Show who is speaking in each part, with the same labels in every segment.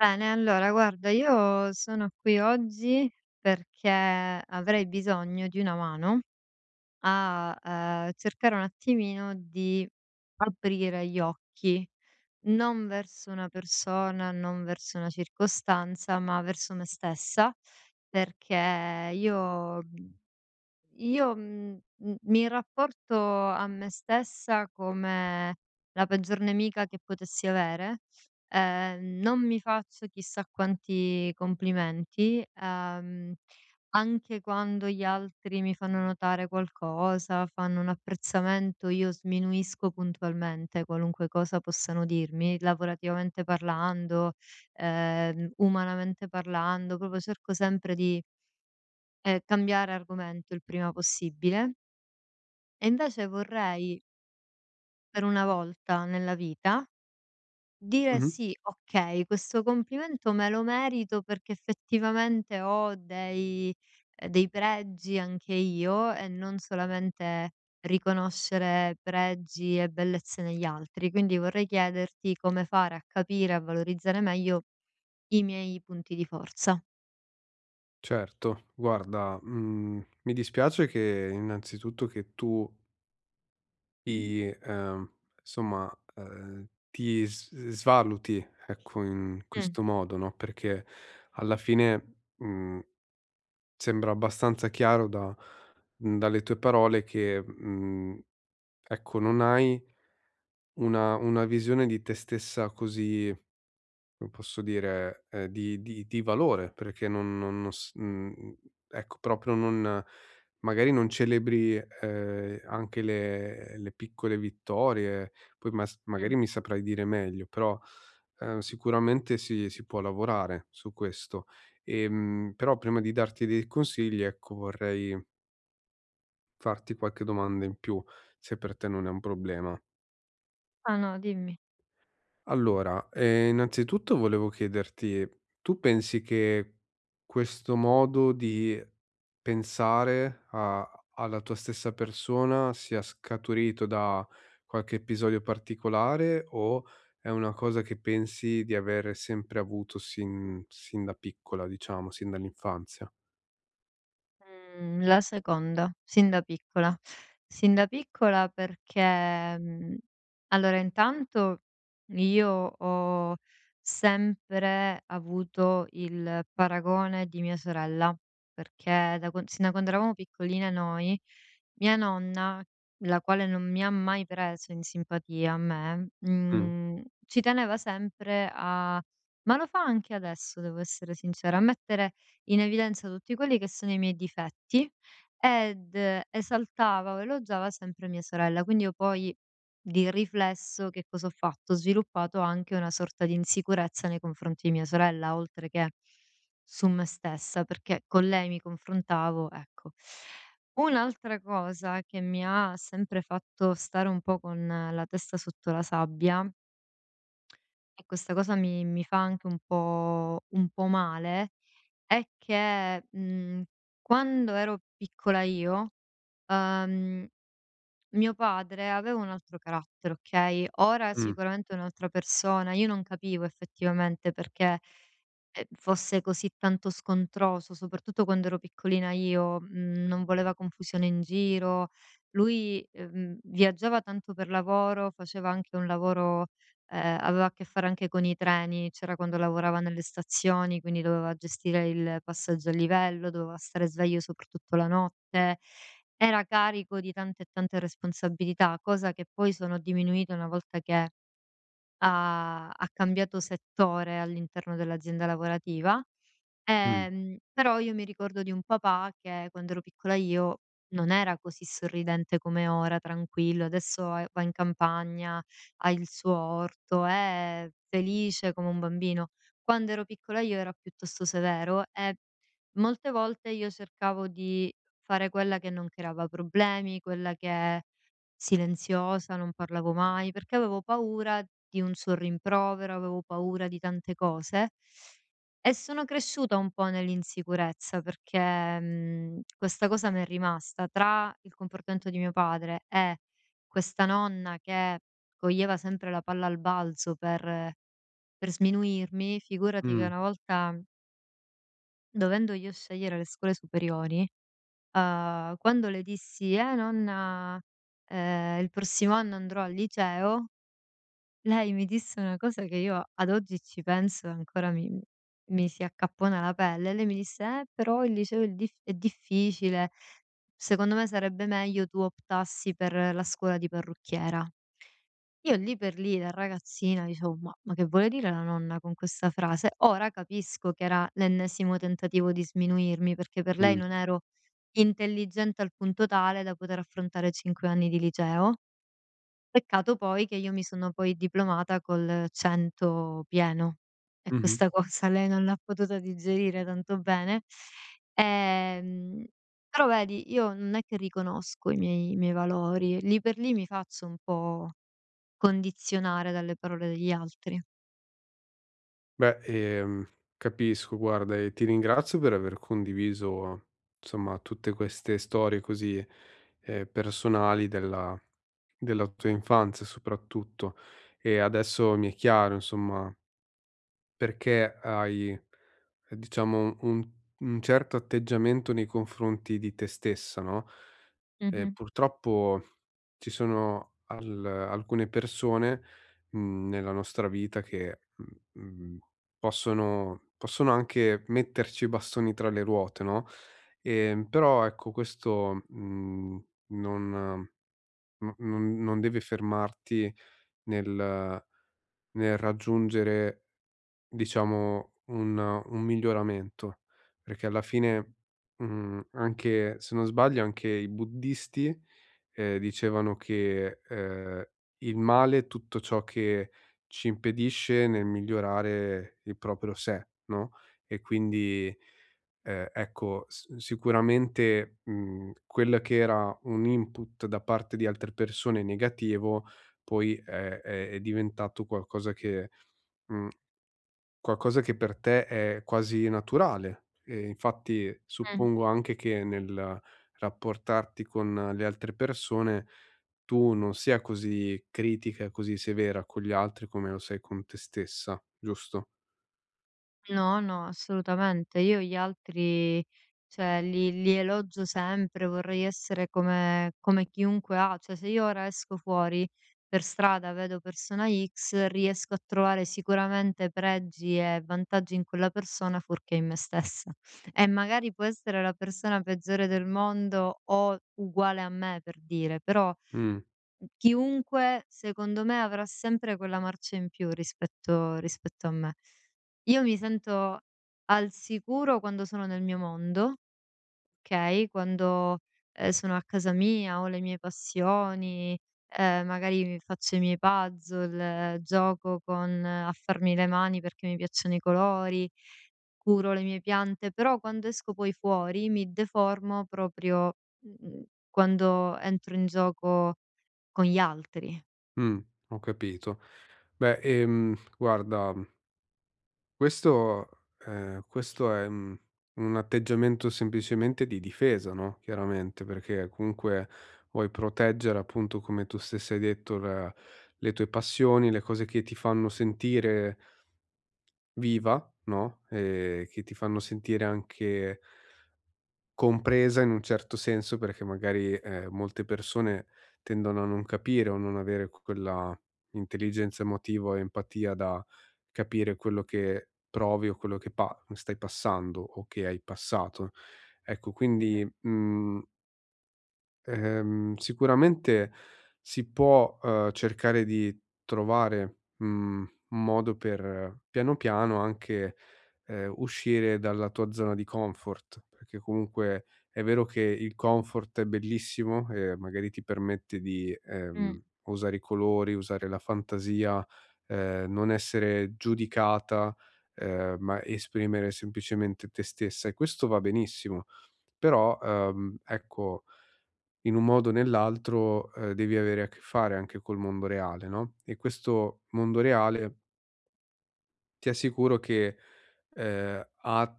Speaker 1: Bene, allora guarda, io sono qui oggi perché avrei bisogno di una mano a, cercare un attimino di aprire gli occhi, non verso una persona, non verso una circostanza, ma verso me stessa, perché io, mhmm io, mi rapporto a me stessa come la peggior nemica che potessi avere. Non mi faccio chissà quanti complimenti, anche quando gli altri mi fanno notare qualcosa, fanno un apprezzamento, io sminuisco puntualmente qualunque cosa possano dirmi, lavorativamente parlando, umanamente parlando, proprio cerco sempre di cambiare argomento il prima possibile, e invece vorrei, per una volta nella vita, dire:
Speaker 2: Mh-mh.
Speaker 1: "Sì, okay, questo complimento me lo merito perché effettivamente ho dei dei pregi anche io e non solamente riconoscere pregi e bellezze negli altri". Quindi vorrei chiederti come fare a capire e a valorizzare meglio i miei punti di forza.
Speaker 2: Certo, guarda, mi dispiace che innanzitutto che tu ti somma, ti s svaluti, ecco, in
Speaker 1: Mh,
Speaker 2: questo modo, no, perché alla fine, sembra abbastanza chiaro da dalle tue parole che, ecco, non hai una visione di te stessa così. Come posso dire, di valore, perché non ecco, proprio non, magari non celebri, anche le piccole vittorie, poi mas
Speaker 1: mh.
Speaker 2: magari mi saprai dire meglio, però, sicuramente si può lavorare su questo. Però prima di darti dei consigli, ecco, vorrei farti qualche domanda in più, se per te non è un problema.
Speaker 1: Ah no, dimmi.
Speaker 2: Allora, innanzitutto volevo chiederti: tu pensi che questo modo di pensare a alla tua stessa persona sia scaturito da qualche episodio particolare o è una cosa che pensi di aver sempre avuto sin da piccola, diciamo, sin dall'infanzia?
Speaker 1: Mhmm, la seconda, sin da piccola. Sin da piccola perché, mhmm, allora intanto io ho sempre avuto il paragone di mia sorella, perché da quan sin da quando eravamo piccoline noi, mia nonna, la quale non mi ha mai preso in simpatia a me,
Speaker 2: Mh,
Speaker 1: mhmm, ci teneva sempre a ma lo fa anche adesso devo essere sincera, a mettere in evidenza tutti quelli che sono i miei difetti ed esaltava o elogiava sempre mia sorella. Quindi io poi di riflesso che cosa ho fatto? Ho sviluppato anche una sorta di insicurezza nei confronti di mia sorella, oltre che su me stessa, perché con lei mi confrontavo, ecco. Un'altra cosa che mi ha sempre fatto stare un po' con la testa sotto la sabbia, e questa cosa mi fa anche un po' male, è che, quando ero piccola io, uhm, mio padre aveva un altro carattere, okay, ora è
Speaker 2: mh,
Speaker 1: sicuramente un'altra persona. Io non capivo effettivamente perché, fosse così tanto scontroso, soprattutto quando ero piccolina io, mhmm, non voleva confusione in giro. Lui, viaggiava tanto per lavoro, faceva anche un lavoro aveva a che fare anche con i treni, c'era quando lavorava nelle stazioni, quindi doveva gestire il passaggio a livello, doveva stare sveglio soprattutto la notte. Era carico di tante e tante responsabilità, cosa che poi sono diminuite una volta che ha cambiato settore all'interno dell'azienda lavorativa,
Speaker 2: mh,
Speaker 1: però io mi ricordo di un papà che quando ero piccola io non era così sorridente come ora, tranquillo, adesso è va in campagna, ha il suo orto, è felice come un bambino. Quando ero piccola io era piuttosto severo e molte volte io cercavo di fare quella che non creava problemi, quella che silenziosa, non parlavo mai, perché avevo paura di un sorrimprovero, avevo paura di tante cose e sono cresciuta un po' nell'insicurezza perché, questa cosa m'è rimasta tra il comportamento di mio padre e questa nonna che coglieva sempre la palla al balzo per sminuirmi, figurati che
Speaker 2: mh,
Speaker 1: una volta dovendo io scegliere le scuole superiori quando le dissi: nonna, il prossimo anno andrò al liceo", lei mi disse una cosa che io ad oggi ci penso e ancora mi si accappona la pelle. Lei mi disse: però il liceo è difficile. Secondo me sarebbe meglio tu optassi per la scuola di parrucchiera". Io lì per lì da ragazzina dicevo: Ma che vuole dire la nonna con questa frase?" Ora capisco che era l'ennesimo tentativo di sminuirmi, perché per lei
Speaker 2: mh,
Speaker 1: non ero intelligente al punto tale da poter affrontare 5 anni di liceo. Peccato poi che io mi sono poi diplomata col 100 pieno e
Speaker 2: mh-mh.
Speaker 1: questa cosa lei non l'ha potuta digerire tanto bene. Ehm, Però vedi, io non è che riconosco i miei valori, lì per lì mi faccio un po' condizionare dalle parole degli altri.
Speaker 2: Beh, capisco, guarda, e ti ringrazio per aver condiviso, insomma, tutte queste storie così, personali della tua infanzia soprattutto. E adesso mi è chiaro, insomma, perché hai, diciamo un certo atteggiamento nei confronti di te stessa, no,
Speaker 1: Mh-mh.
Speaker 2: purtroppo ci sono al alcune persone, nella nostra vita che, mhmm, possono anche metterci i bastoni tra le ruote, no, però ecco questo, non no non non non deve fermarti nel nel raggiungere. Diciamo un miglioramento, perché alla fine, anche se non sbaglio anche i buddisti, dicevano che, il male è tutto ciò che ci impedisce nel migliorare il proprio sé, no, e quindi, ecco, s sicuramente, quella che era un input da parte di altre persone negativo, poi è diventato qualcosa che, mhmm qualcosa che per te è quasi naturale e infatti
Speaker 1: Mh.
Speaker 2: suppongo anche che nel rapportarti con le altre persone tu non sia così critica e così severa con gli altri come lo sei con te stessa, giusto?
Speaker 1: No, no, assolutamente. Io gli altri, cioè li elogio sempre, vorrei essere come chiunque ha. Cioè, se io ora esco fuori per strada, vedo persona X, riesco a trovare sicuramente pregi e vantaggi in quella persona fuorché in me stessa. E magari può essere la persona peggiore del mondo o uguale a me, per dire, però
Speaker 2: Mh,
Speaker 1: chiunque, secondo me, avrà sempre quella marcia in più rispetto a me. Io mi sento al sicuro quando sono nel mio mondo, okay, quando, sono a casa mia, ho le mie passioni, magari mi faccio i miei puzzle, gioco con a farmi le mani perché mi piacciono i colori, curo le mie piante, però quando esco poi fuori mi deformo proprio, mhmm, quando entro in gioco con gli altri.
Speaker 2: mh, ho capito. Beh, guarda. Questo, questo è, un atteggiamento semplicemente di difesa, no, chiaramente, perché comunque vuoi proteggere, appunto, come tu stessa hai detto, la le tue passioni, le cose che ti fanno sentire viva, no, che ti fanno sentire anche compresa in un certo senso perché magari, molte persone tendono a non capire o non avere q quella intelligenza emotiva o empatia da capire quello che provi o quello che pa stai passando o che hai passato. Ecco,
Speaker 1: Mh-mh,
Speaker 2: quindi, mhmm sicuramente si può, cercare di trovare, un modo per piano piano anche, uscire dalla tua zona di comfort, perché comunque è vero che il comfort è bellissimo e magari ti permette di,
Speaker 1: mh.
Speaker 2: usare i colori, usare la fantasia, non essere giudicata, ma esprimere semplicemente te stessa e questo va benissimo. Però, ecco, in un modo o nell'altro, devi avere a che fare anche col mondo reale, no, e questo mondo reale ti assicuro che, ha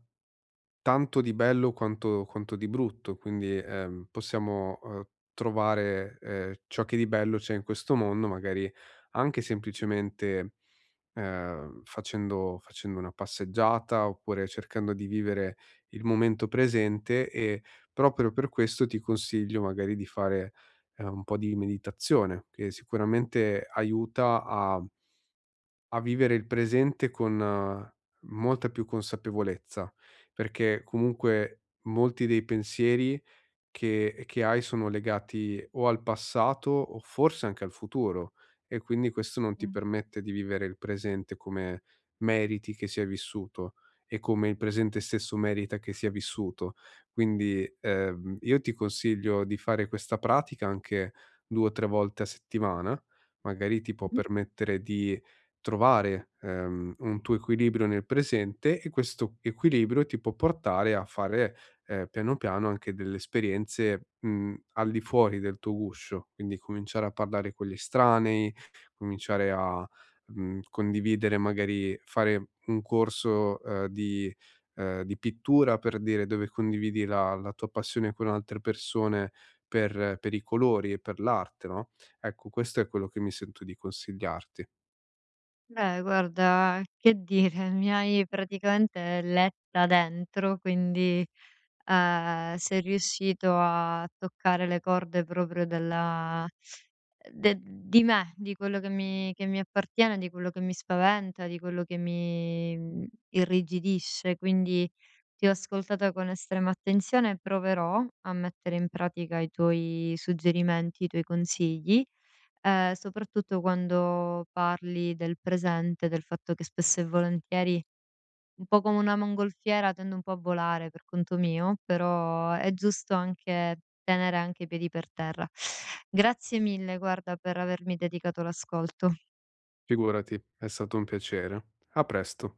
Speaker 2: tanto di bello quanto quanto di brutto, quindi, possiamo, trovare, ciò che di bello c'è in questo mondo, magari anche semplicemente, facendo una passeggiata, oppure cercando di vivere il momento presente e proprio per questo ti consiglio magari di fare, un po' di meditazione, che sicuramente aiuta a vivere il presente con molta più consapevolezza, perché comunque molti dei pensieri che hai sono legati o al passato o forse anche al futuro e quindi questo non ti
Speaker 1: Mh.
Speaker 2: permette di vivere il presente come meriti che sia vissuto e come il presente stesso merita che sia vissuto. Quindi, io ti consiglio di fare questa pratica anche 2 o 3 volte a settimana, magari ti può
Speaker 1: Mh-mh.
Speaker 2: permettere di trovare, un tuo equilibrio nel presente e questo equilibrio ti può portare a fare, piano piano anche delle esperienze, al di fuori del tuo guscio, quindi cominciare a parlare con gli estranei, cominciare a, condividere, magari fare un corso, di pittura per dire, dove condividi la tua passione con altre persone per i colori e per l'arte, no, ecco questo è quello che mi sento di consigliarti.
Speaker 1: Beh, guarda, che dire, mi hai praticamente letta dentro, quindi, sei riuscito a toccare le corde proprio della de di me, di quello che mi appartiene, di quello che mi spaventa, di quello che mi, irrigidisce. Quindi ti ho ascoltata con estrema attenzione e proverò a mettere in pratica i tuoi suggerimenti, i tuoi consigli. Soprattutto quando parli del presente, del fatto che spesso e volentieri, un po' come una mongolfiera, tendo un po' a volare per conto mio, però è giusto anche tenere anche i piedi per terra. Grazie mille guarda per avermi dedicato l'ascolto.
Speaker 2: Figurati, è stato un piacere. A presto.